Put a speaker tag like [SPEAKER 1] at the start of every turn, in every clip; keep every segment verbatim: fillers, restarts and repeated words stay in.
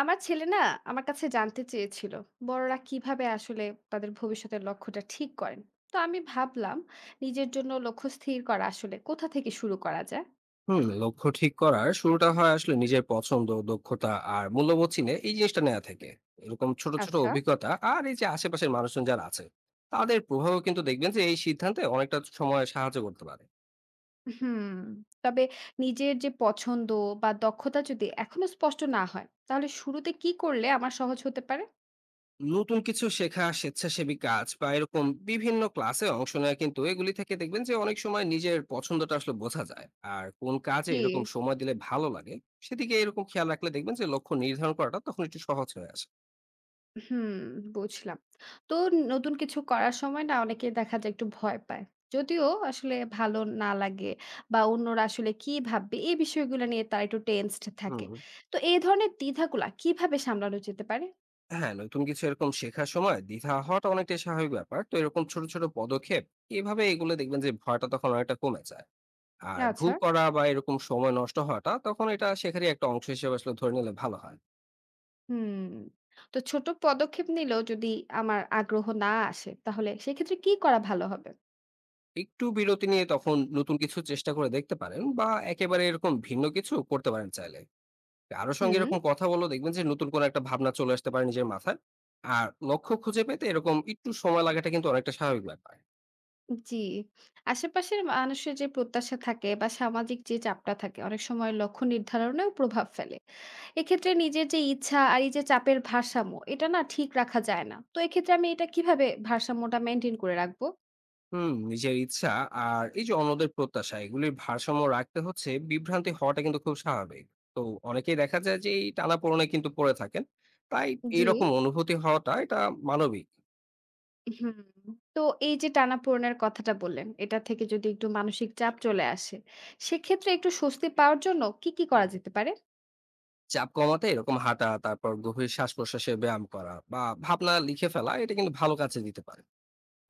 [SPEAKER 1] আমার ছেলে না আমার কাছে জানতে চেয়েছিল বড়রা কিভাবে আসলে তাদের ভবিষ্যতের লক্ষ্যটা ঠিক করেন। তো আমি ভাবলাম, নিজের জন্য লক্ষ্য স্থির করা আসলে কোথা থেকে শুরু করা যায়?
[SPEAKER 2] হুম। লক্ষ্য ঠিক করার শুরুটা হয় আসলে নিজের পছন্দ দক্ষতা আর মূল্যবোধ চিনে এই জিনিসটা নেওয়া থেকে। এরকম ছোট ছোট
[SPEAKER 1] আচ্ছা।
[SPEAKER 2] অভিজ্ঞতা আর এই যে আশেপাশের মানুষজন যারা আছে তাদের প্রভাবও কিন্তু দেখবেন যে এই সিদ্ধান্তে অনেকটা সময় সাহায্য করতে পারে।
[SPEAKER 1] হুম। তবে নিজের যে পছন্দ বা দক্ষতা যদি এখনো স্পষ্ট না হয়, তাহলে শুরুতে কি করলে আমার সহজ হতে পারে?
[SPEAKER 2] নতুন কিছু শেখা স্বেচ্ছাসেবী কাজ বা এরকম বিভিন্ন ক্লাসে অংশ নেওয়া, কিন্তু এগুলি থেকে দেখবেন যে অনেক সময় নিজের পছন্দটা আসলে বোঝা যায়। আর কোন কাজে
[SPEAKER 1] জি।
[SPEAKER 2] এরকম সময় দিলে ভালো লাগে সেদিকে এরকম খেয়াল রাখলে দেখবেন যে লক্ষ্য নির্ধারণ করাটা তখন একটু সহজ হয়ে আসে।
[SPEAKER 1] হুম, বুঝলাম। তো নতুন কিছু করার সময় না অনেকেই দেখা যায় একটু ভয় পায়। যদিও আসলে ভালো না লাগে বা অন্যরা আসলে কি ভাববে এই বিষয়গুলো নিয়ে তারা একটু টেনসড থাকে।
[SPEAKER 2] হুম
[SPEAKER 1] তো এই ধরনের দ্বিধাগুলা কিভাবে সামলানো যেতে পারে?
[SPEAKER 2] হ্যাঁ, নতুন কিছু এরকম শেখার সময় দ্বিধা হওয়াটা অনেকটাই স্বাভাবিক ব্যাপার। তো এরকম ছোট ছোট পদক্ষেপ এভাবে এগুলো দেখবেন যে ভয়টা তখন অনেকটা কমে যায়। আর
[SPEAKER 1] আচ্ছা,
[SPEAKER 2] ভুল করা বা এরকম সময় নষ্ট হওয়াটা তখন এটা শেখারই একটা অংশ হিসেবে আসলে ধরে নিলে ভালো হয়।
[SPEAKER 1] হুম। তো ছোট পদক্ষেপ নিলেও যদি আমার আগ্রহ না আসে, তাহলে সেক্ষেত্রে কি করা ভালো হবে?
[SPEAKER 2] একটু বিরতি নিয়ে তখন নতুন কিছু চেষ্টা করে দেখতে পারেন, বা একেবারে এরকম ভিন্ন কিছু করতে পারেন চাইলে। কারো সঙ্গে
[SPEAKER 1] হুম,
[SPEAKER 2] এরকম কথা বলো দেখবেন যে নতুন কোনো একটা ভাবনা চলে আসতে পারে নিজের মাথায়। আর লক্ষ্য খুঁজে পেতে এরকম একটু সময় লাগাটা কিন্তু অনেকটা স্বাভাবিক ব্যাপার।
[SPEAKER 1] জি। আশেপাশের মানুষের যে প্রত্যাশা থাকে বা সামাজিক যে চাপটা থাকে অনেক সময় লক্ষ্য নির্ধারণেও প্রভাব ফেলে। এক্ষেত্রে নিজের যে ইচ্ছা আর এই যে চাপের ভারসাম্য এটা না ঠিক রাখা যায় না। তো এক্ষেত্রে আমি এটা কিভাবে ভারসাম্যটা মেইনটেইন করে রাখবো?
[SPEAKER 2] হুম, নিজের ইচ্ছা আর এই যে অন্যদের প্রত্যাশা এগুলির ভারসাম্য রাখতে হচ্ছে বিভ্রান্তি হওয়াটা কিন্তু খুব স্বাভাবিক। তো অনেকেই দেখা যায় যে এই টানাপোড়েনে কিন্তু পড়ে থাকেন। তাই
[SPEAKER 1] জি।
[SPEAKER 2] এইরকম অনুভূতি হওয়াটা এটা মানবিক।
[SPEAKER 1] হুম। তো এই যে টানাপোড়েনের কথাটা বললেন, এটা থেকে যদি একটু মানসিক চাপ চলে আসে, সেক্ষেত্রে একটু স্বস্তি পাওয়ার জন্য কি, কি করা যেতে পারে?
[SPEAKER 2] চাপ কমাতে এরকম হাঁটা, তারপর গভীর শ্বাস প্রশ্বাসের ব্যায়াম করা বা ভাবনা লিখে ফেলা এটা কিন্তু ভালো কাজে দিতে পারে।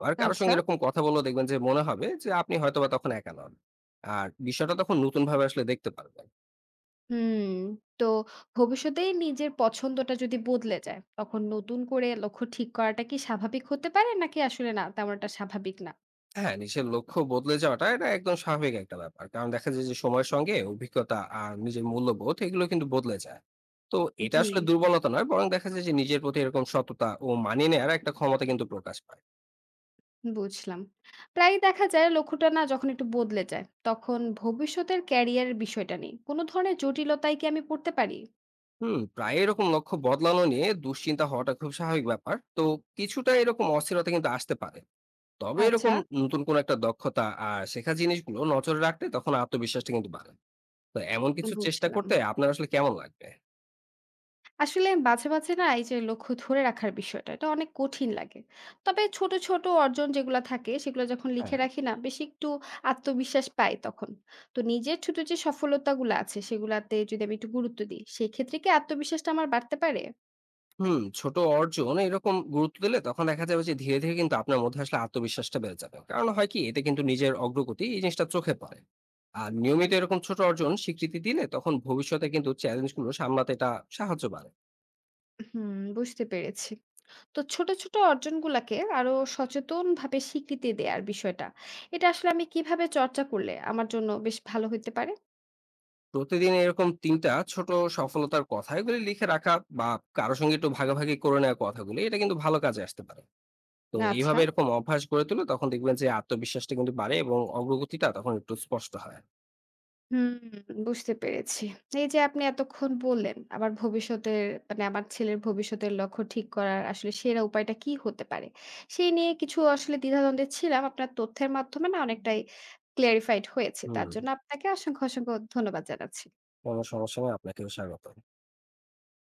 [SPEAKER 2] আর কারোর সঙ্গে
[SPEAKER 1] আচ্ছা।
[SPEAKER 2] এরকম কথা বলে দেখবেন যে মনে হবে যে আপনি হয়তোবা তখন একা নন। আর বিষয়টা তখন নতুন ভাবে আসলে দেখতে পারবেন।
[SPEAKER 1] হুম। তো ভবিষ্যতেই নিজের পছন্দটা যদি বদলে যায়, তখন নতুন করে লক্ষ্য ঠিক করাটা কি স্বাভাবিক হতে পারে, নাকি আসলে না তেমনটা স্বাভাবিক না?
[SPEAKER 2] হ্যাঁ, নিজের লক্ষ্য বদলে যাওয়াটা এটা একদম স্বাভাবিক একটা ব্যাপার। কারণ দেখা যায় যে সময়ের সঙ্গে অভিজ্ঞতা আর নিজের মূল্যবোধ এগুলো কিন্তু বদলে যায়। তো এটা
[SPEAKER 1] জি।
[SPEAKER 2] আসলে দুর্বলতা নয়, বরং দেখা যায় যে নিজের প্রতি এরকম সততা ও মানিয়ে নেয়ার একটা ক্ষমতা কিন্তু প্রকাশ পায়।
[SPEAKER 1] বুঝলাম। প্রায়ই দেখা যায় লক্ষ্যটা না যখন একটু বদলে যায়, তখন ভবিষ্যতের ক্যারিয়ারের বিষয়টা নিয়ে কোনো ধরনের জটিলতায় কি আমি পড়তে পারি?
[SPEAKER 2] হুম, প্রায় এরকম লক্ষ্য বদলানো নিয়ে দুশ্চিন্তা হওয়াটা খুব স্বাভাবিক ব্যাপার। তো কিছুটা এরকম অস্থিরতা কিন্তু আসতে পারে। তবে
[SPEAKER 1] আচ্ছা।
[SPEAKER 2] এরকম নতুন কোনো একটা দক্ষতা আর শেখা জিনিসগুলো নজরে রাখলে তখন আত্মবিশ্বাসটা কিন্তু বাড়ে। তো এমন কিছু চেষ্টা
[SPEAKER 1] বুঝলাম।
[SPEAKER 2] করতে আপনার আসলে কেমন লাগবে?
[SPEAKER 1] আসলে মাঝে, মাঝে না এই যে লক্ষ্য ধরে রাখার বিষয়টা, এটা অনেক কঠিন লাগে। তবে ছোট, ছোট অর্জন যেগুলা থাকে, সেগুলো যখন লিখে
[SPEAKER 2] হ্যাঁ।
[SPEAKER 1] রাখি না, বেশি একটু আত্মবিশ্বাস পাই তখন। তো নিজের ছোট যে সফলতাগুলো আছে, সেগুলাতে যদি আমি একটু গুরুত্ব দিই, সেক্ষেত্রে কি আত্মবিশ্বাসটা আমার বাড়তে পারে?
[SPEAKER 2] হুম, ছোট অর্জন এরকম গুরুত্ব দিলে তখন দেখা যাবে যে ধীরে ধীরে কিন্তু আপনার মধ্যে আসলে আত্মবিশ্বাসটা বেড়ে যাবে। কারণ হয় কি এতে কিন্তু নিজের অগ্রগতি এই জিনিসটা চোখে পড়ে। আর নিয়মিত এরকম ছোট অর্জন স্বীকৃতি দিলে তখন ভবিষ্যতে কিন্তু চ্যালেঞ্জ গুলো সামলাতে এটা সাহায্য বাড়ে।
[SPEAKER 1] হুম, বুঝতে পেরেছি। তো ছোট, ছোট অর্জনগুলাকে আরো সচেতনভাবে স্বীকৃতি দেয়ার বিষয়টা, এটা আসলে আমি কিভাবে চর্চা করলে আমার জন্য বেশ ভালো হইতে পারে?
[SPEAKER 2] প্রতিদিন এরকম তিন টা ছোট সফলতার কথা এগুলি লিখে রাখা, বা কারো সঙ্গে একটু ভাগাভাগি করে নেওয়া কথাগুলি এটা কিন্তু ভালো কাজে আসতে পারে। তো
[SPEAKER 1] আচ্ছা।
[SPEAKER 2] এইভাবে এরকম অভ্যাস গড়ে তুললে তখন দেখবেন যে আত্মবিশ্বাসটা কিন্তু বাড়ে এবং অগ্রগতিটা তখন একটু স্পষ্ট হয়।
[SPEAKER 1] হুম, বুঝতে পেরেছি। এই যে আপনি এতক্ষণ বললেন, আমার ভবিষ্যতের মানে আমার ছেলের ভবিষ্যতের লক্ষ্য ঠিক করার আসলে সেরা উপায়টা কি হতে পারে? সেই নিয়ে কিছু আসলে দ্বিধাদ্বন্দ্বে ছিলাম। আপনার তথ্যের মাধ্যমে না অনেকটাই clarified হয়েছে। তার
[SPEAKER 2] হুম,
[SPEAKER 1] জন্য আপনাকে অসংখ্য, অসংখ্য ধন্যবাদ জানাচ্ছি।
[SPEAKER 2] কোনো সমস্যা নেই। আপনাকেও স্বাগতম।